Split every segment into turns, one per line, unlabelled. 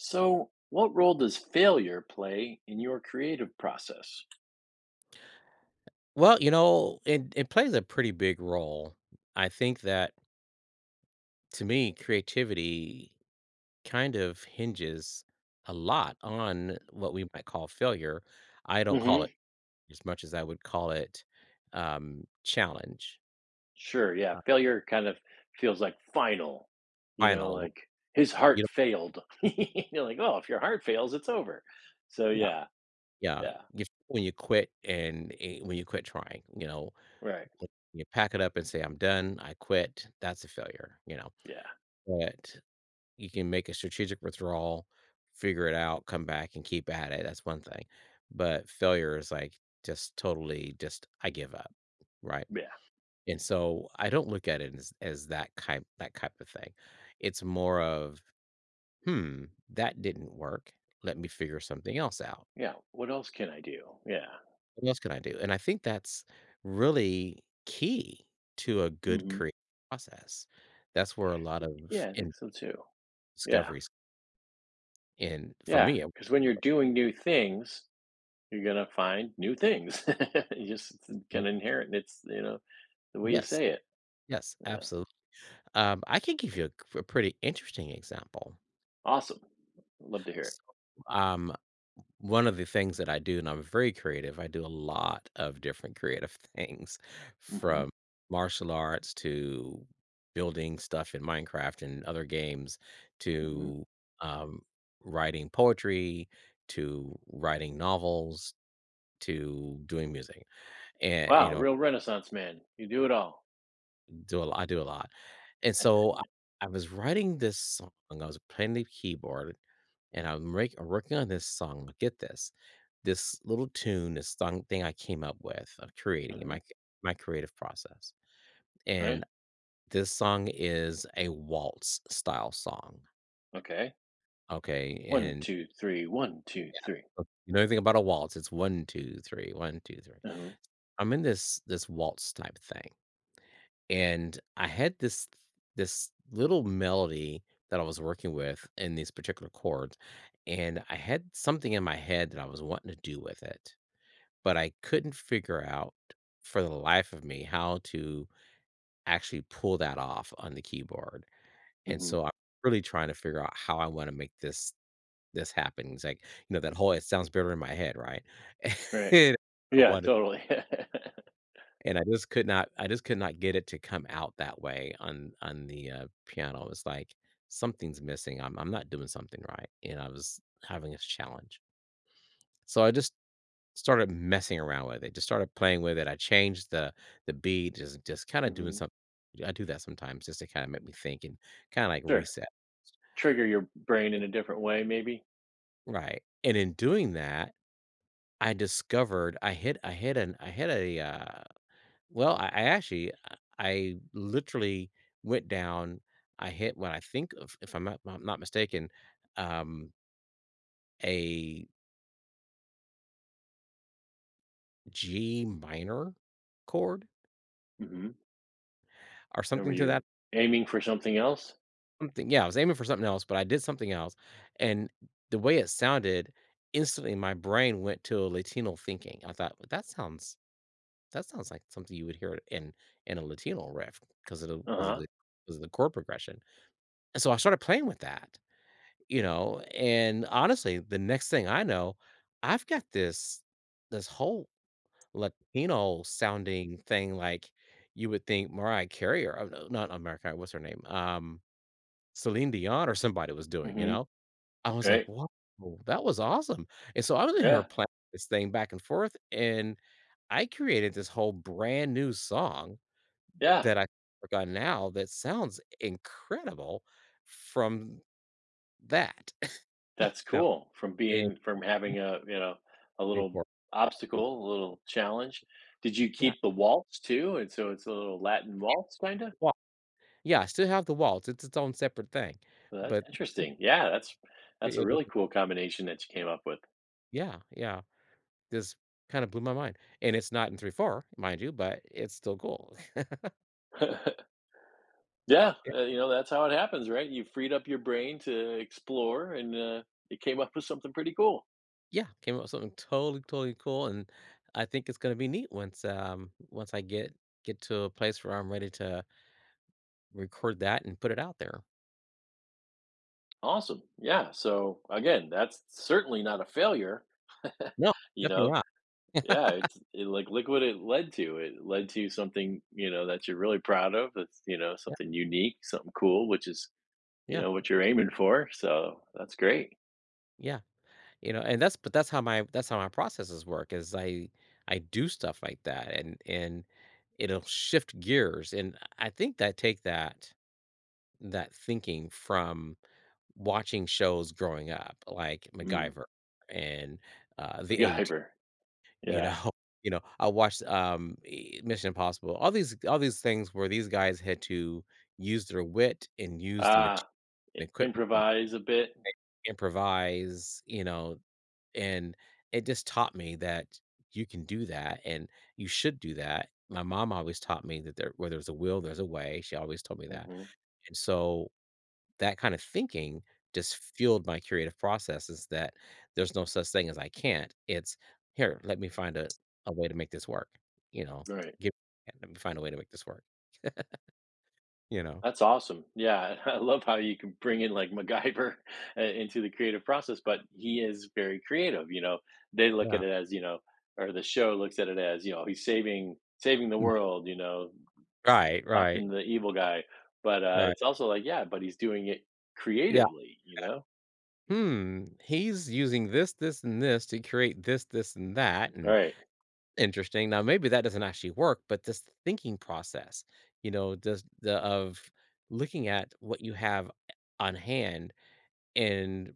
So, what role does failure play in your creative process?
Well, you know, it plays a pretty big role. I think that to me, creativity kind of hinges a lot on what we might call failure. I don't call
Hmm.
it as much as I would call it challenge,
Sure. Yeah. Failure kind of feels like final, you know,
final.
like his
You
heart
know,
failed. You're like, oh, if your heart fails, it's over. So,
yeah,
yeah.
yeah.
Yeah.
If, when you quit and when you quit trying, you know,
Right.
when you pack it up and say I'm done, I quit. That's a failure, you know.
Yeah.
But you can make a strategic withdrawal, figure it out, come back and keep at it. That's one thing. But failure is like just totally just I give up, right?
Yeah.
And so I don't look at it as, as that type of thing. It's more of, hmm, that didn't work. Let me figure something else out.
Yeah. What else can I do? Yeah.
What else can I do? And I think that's really key to a good
Hmm.
creative process. That's where a lot of
Yeah, I
in
think so too. Yeah.
discoveries in for
Yeah,
me,
because when you're doing new things, you're going to find new things. you just it's
mm,
kind of inherent. It's the way you
yes,
say it.
yes,
Yeah.
absolutely. I can give you a g a pretty interesting example.
Awesome. Love to hear
So, um, one of the things that I do, and I'm very creative, I do a lot of different creative things
it. Hmm.
from martial arts to building stuff in Minecraft and other games
Hmm.
to, um, writing poetry to writing novels to doing music, and,
Wow, real Renaissance man. You do it all.
Do a lot I do a lot. And so, I was writing this song, I was playing the keyboard, and I'm rake working on this song, but get this, this little tune, this song thing I came up with, of creating in
Hmm.
my creative process. And
Right?
this song is a waltz style song,
Okay.
okay?
One,
And
two, three. One, two,
yeah,
three.
if you know anything about a waltz, it's one two three, one, two, three.
Uh-huh.
I'm in this waltz type thing. And I had this little melody that I was working with in these particular chords, and I had something in my head that I was wanting to do with it, but I couldn't figure out for the life of me how to actually pull that off on the keyboard.
Hmm.
And
Hmm.
so I'm really trying to figure out how I want to make this happen. It's like, you know, that whole it sounds better in my head, right?
Right.
And I
Yeah,
want
totally.
And I just could not get it to come out that way on the, piano. It's like, "Something's missing. I'm not doing something right," and I was having a challenge. So I just started messing around with it, just started playing with it. I changed the beat, just kinda doing
Hmm.
something. I do that sometimes just to kinda make me think and kinda, like,
Sure.
reset.
Trigger your brain in a different way, maybe.
Right, and in doing that, I discovered I hit a, well, I actually I literally went down, I hit what I think of if I'm not mistaken, um, a G minor chord
Hmm.
or
And were
something to that
you aiming for something else?
something yeah, I was aiming for something else, but I did something else, and the way it sounded, instantly, my brain went to a Latino thinking. I thought, "Well, that sounds like something you would hear in a Latino riff because of the
Uh huh.
because of the chord progression," and so I started playing with that. You know, and honestly, the next thing I know, I've got this whole Latino sounding thing like you would think Mariah Carey or oh, no, not America, what's her name? Celine Dion or somebody was doing, you
Hmm.
know? I was like,
Right.
"Wow, that was awesome." And so I was in here
Yeah.
playing this thing back and forth, and I created this whole brand new song
Yeah.
that I work on now that sounds incredible from that. You
That's
know,
cool. From
and
being from having a, you know, a
Three
little
four, mm,
obstacle, a little challenge. Did you
yeah,
keep the waltz too? And so it's a little Latin waltz kinda?
well, yeah, still have the waltz, it's its own separate thing,
So that's
but this
interesting. Yeah, that's
way
a
a
really
different
cool combination that you came up with.
yeah, yeah, this kinda blew my mind, and it's not in 3/4, mind you, but it's still cool.
Yeah,
Yeah,
you know, that's how it happens, right? You freed up your brain to explore and, you came up with something pretty cool.
yeah, came up with something totally, totally cool, and I think it's gonna be neat once, once I get to a place where I'm ready to record that and put it out there.
Awesome. Yeah, so, again, that's certainly not a failure.
No,
You
definitely
know?
not.
Yeah, it's it, look what it led to. It led to something, you know, that you're really proud of. That's, you know,
Yeah,
something unique, something cool, which is, you
yeah,
know, what you're aiming for. So that's great.
yeah. You know, and that's but that's how my processes work is I do stuff like that and it'll shift gears and I think that take that thinking from watching shows growing up like
Mm.
MacGyver and The Eight.
MacGyver.
You
Yeah.
know, you know, I watched Mission Impossible. All these things where these guys had to use their wit and use the,
Ah,
the equipment,
improvise a bit.
improvise. You know, and it just taught me that you can do that and you should do that. My mom always taught me that there, where there's a will, there's a way. She always told me that.
Hmm.
And so that kind of thinking just fueled my creative processes that there's no such thing as I can't. It's here, let me find a way to make this work. You know,
Right.
give let me find a way to make this work. You know?
That's awesome. Yeah, I love how you can bring in like MacGyver into the creative process, but he is very creative. You know, they look
Yeah.
at it as you know, or the show looks at it as you know, he's saving the
Mm.
world. You know,
Right, right,
stopping the evil guy. But
right.
it's also like, yeah, but he's doing it
Yeah.
creatively. You know,
Hmm. He's using this, this, and this to create this, this, and that. And
right?
interesting. Now, maybe that doesn't actually work, but this thinking process, you know, does the of looking at what you have on hand and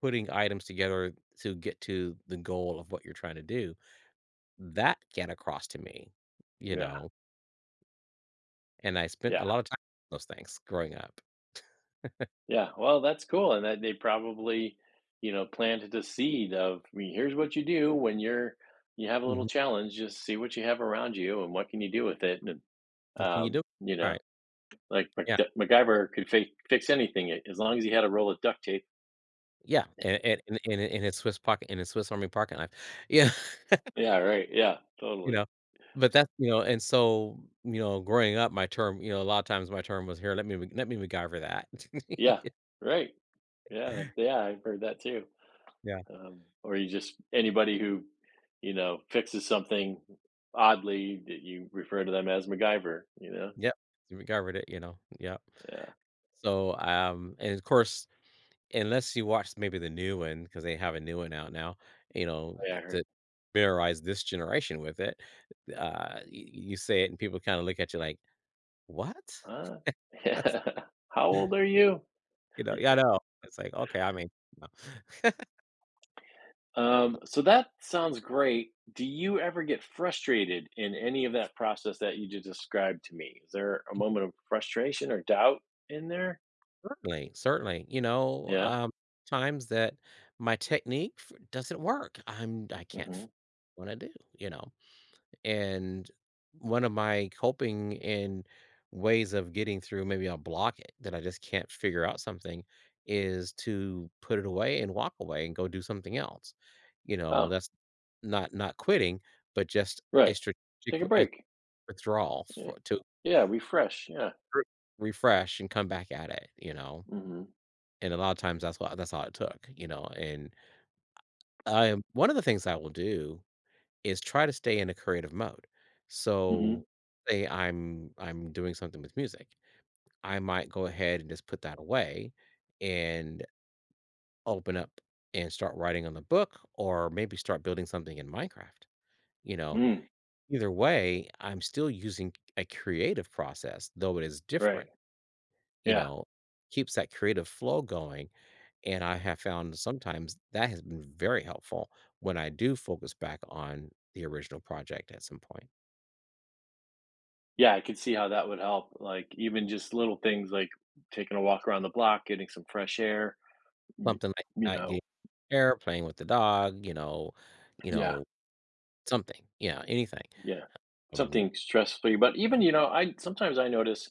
putting items together to get to the goal of what you're trying to do, that get across to me, you
Yeah,
know, and I spent a
yeah.
lot of time on those things growing up.
Yeah, well, that's cool, and that they probably, you know, planted a seed of, I mean, here's what you do when you have a little
Mhm.
challenge, just see what you have around you and what can you do with it, and,
Well, can you do it?
you
All
know,
right.
like
Yeah.
MacGyver could fi fix anything a as long as he had a roll of duct tape.
Yeah. And in his Swiss pocket, in his Swiss Army pocket knife. Yeah.
Yeah, right, yeah,
You
totally.
know? But that's you know, and so, you know, growing up, my term you know, a lot of times my term was, "Here, let me Mc let me MacGyver that."
Yeah, right, yeah, yeah, I've heard that too,
Yeah.
or you just anybody who, you know, fixes something oddly that you refer to them as MacGyver, you know?
Yep. You MacGyvered it, you know? Yep.
Yeah,
So, and of course, unless you watch maybe the new one because they have a new one out now, you know,
yeah.
to familiarize this generation with it, y you say it and people kinda look at you like, "What?"
Uh,
That's
how old are you?
you know, yeah, I know. It's like, "Okay, I mean" no.
So that sounds great. Do you ever get frustrated in any of that process that you just described to me? Is there a moment of frustration or doubt in there?
Certainly, certainly. You know,
Yeah.
times that my technique f doesn't work. I can't
Hmm.
f what I do, you know? And one of my coping and ways of getting through maybe I'll block it, that I just can't figure out something, is to put it away and walk away and go do something else. You know,
Oh,
that's not not quitting, but just a
right. Just
strategic
take a
w a
break.
withdrawal
Yeah.
for to
Yeah. Refresh. Yeah.
re refresh and come back at it, you know?
Hmm.
And a lot of times that's what that's all it took, you know, and I am one of the things I will do is try to stay in a creative mode.
Hmm.
So say I'm doing something with music. I might go ahead and just put that away and open up and start writing on the book or maybe start building something in Minecraft. You know,
Mm,
either way, I'm still using a creative process, though it is
right.
different, you
Yeah.
know, keeps that creative flow going. And I have found sometimes that has been very helpful when I do focus back on the original project at some point.
Yeah, I could see how that would help. Like even just little things like taking a walk around the block, getting some fresh air. y-
Something like
You
that,
know.
getting air, playing with the dog, you
Yeah.
know, something, yeah, anything.
Yeah,
Um,
something stress-free, but even, you know, I sometimes I notice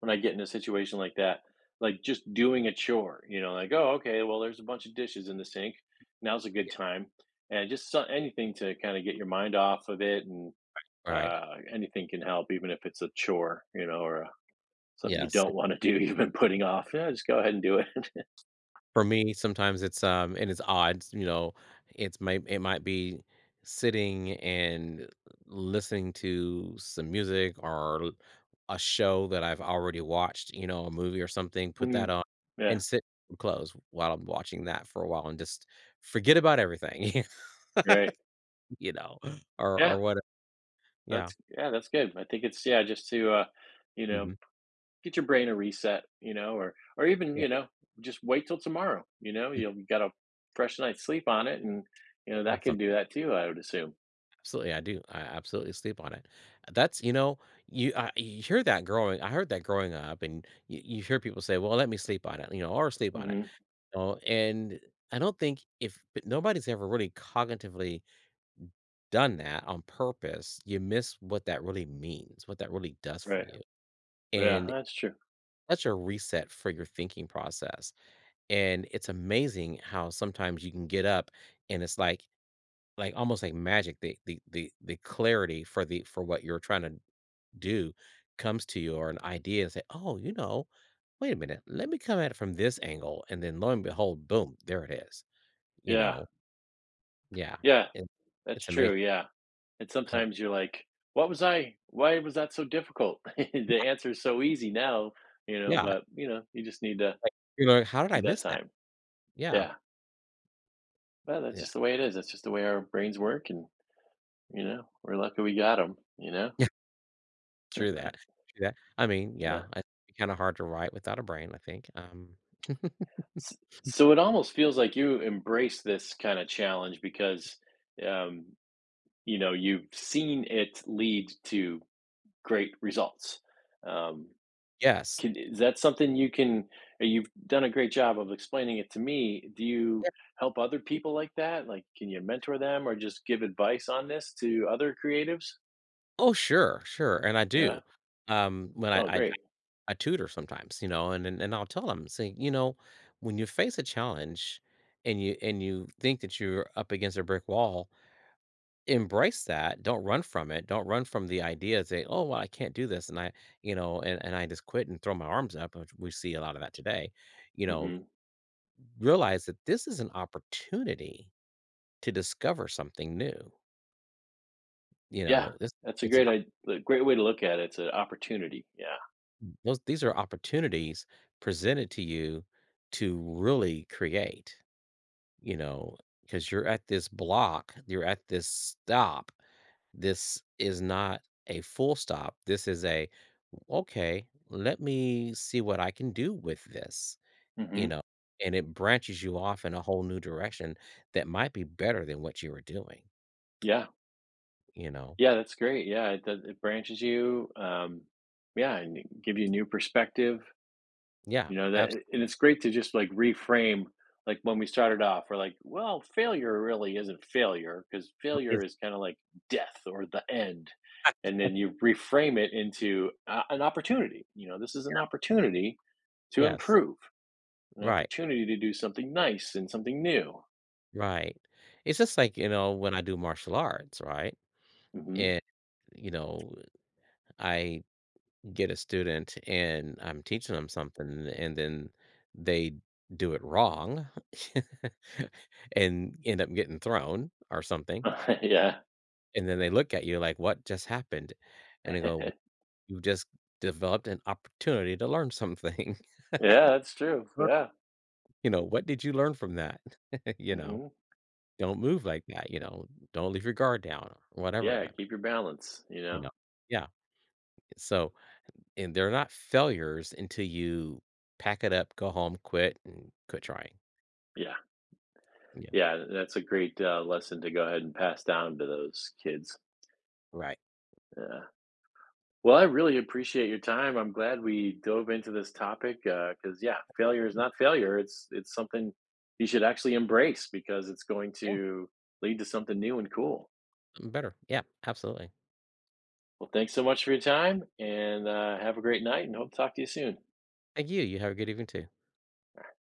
when I get in a situation like that, like, just doing a chore, you know, like, "Oh, okay, well, there's a bunch of dishes in the sink. Now's a good
yeah,
time." And just so anything to kinda get your mind off of it and,
right.
anything can help, even if it's a chore, you know, or, something you
Yes.
don't wanna do, you've been putting off. Yeah, just go ahead and do it.
For me, sometimes and it's odd, you know, it might be sitting and listening to some music or a show that I've already watched, you know, a movie or something, put that
Mm.
on
Yeah,
and sit and close while I'm watching that for a while and just forget about everything,
right.
you know,
Yeah,
or what yeah.
yeah, that's good. I think it's yeah, just to, you know
Mhm.
get your brain a reset, you know, or even,
Yeah.
you know, just wait till tomorrow, you know,
Mm.
you got a fresh night's sleep on it and you know that
Awesome.
could do that too, I would assume.
Absolutely, I do. I absolutely sleep on it. That's you know, you hear that growing. I heard that growing up, and you hear people say, "Well, let me sleep on it," you know, or sleep on it.
Mhm.
You know, and I don't think if but nobody's ever really cognitively done that on purpose, you miss what that really means, what that really does for
Right.
you,
Yeah,
and
that's true.
such a reset for your thinking process. And it's amazing how sometimes you can get up, and it's like almost like magic the clarity for the for what you're trying to do comes to you or an idea and say, oh, you know, wait a minute, let me come at it from this angle. And then lo and behold, boom, there it is. You
Yeah.
know, yeah,
Yeah,
it,
that's
it's amazing.
true. Yeah. And
How,
sometimes you're like, what was I why was that so difficult? The
yeah,
answer is so easy now, you know,
yeah,
but you know, you just need to
like, you know, how did I
need that
miss that?
time.
Yeah,
Yeah. Well, that's
yeah,
just the way it is. That's just the way our brains work and you know, we're lucky we got them, you know?
yeah, true that. True that. I mean, yeah,
Yeah.
it's kind of hard to write without a brain, I think.
S- So it almost feels like you embrace this kind of challenge because, um, you know, you've seen it lead to great results. Um,
Yes.
can, is that something you can? You've done a great job of explaining it to me. Do you
Yeah.
help other people like that? Like, can you mentor them or just give advice on this to other creatives?
Oh, sure, sure. And I
Yeah.
do. Um, when I,
Oh,
I
great.
I tutor sometimes, you know, and I'll tell them, say, you know, when you face a challenge and you think that you're up against a brick wall, embrace that. Don't run from it. Don't run from the idea and say, oh well, I can't do this. You know, and I just quit and throw my arms up, which we see a lot of that today. You know,
Hmm.
realize that this is an opportunity to discover something new. You
Yeah,
know, this
that's a
it's an op-
great, great way to look at it. It's an opportunity. Yeah.
those these are opportunities presented to you to really create. You know, because you're at this block, you're at this stop. This is not a full stop. This is a, okay, let me see what I can do with this, you
Hmm.
know, and it branches you off in a whole new direction that might be better than what you were doing,
Yeah.
you know?
Yeah, that's great. Yeah, it does it branches you, yeah, and it give you a new perspective,
Yeah,
you know, that
absolutely.
and it's great to just, like, reframe, like, when we started off, we're like, "Well, failure really isn't failure," failure because failure
It's,
is kinda like death or the end, and then you reframe it into a an opportunity, you know, this is an opportunity to
yes,
improve, an
right,
opportunity to do something nice and something new.
right. It's just like, you know, when I do martial arts, right?
Mhm.
And, you know, I get a student and I'm teaching them something and then they do it wrong and end up getting thrown or something.
Yeah.
And then they look at you like, what just happened? And they go, you just developed an opportunity to learn something.
Yeah, that's true,
Sure.
yeah.
You know, what did you learn from that? you know,
Mhm.
don't move like that. You know, don't leave your guard down or whatever.
Yeah, keep your balance, you
You
know?
know, yeah. So, and they're not failures until you pack it up, go home, quit, and quit trying.
Yeah.
Yeah.
Yeah, that's a great, lesson to go ahead and pass down to those kids.
Right.
Yeah. Well, I really appreciate your time. I'm glad we dove into this topic, because, yeah, failure is not failure. It's something you should actually embrace because it's going
Yeah.
to lead to something new and cool.
Better. Yeah. Absolutely.
Well, thanks so much for your time, and, have a great night, and hope to talk to you soon.
Thank you. You have a good evening too.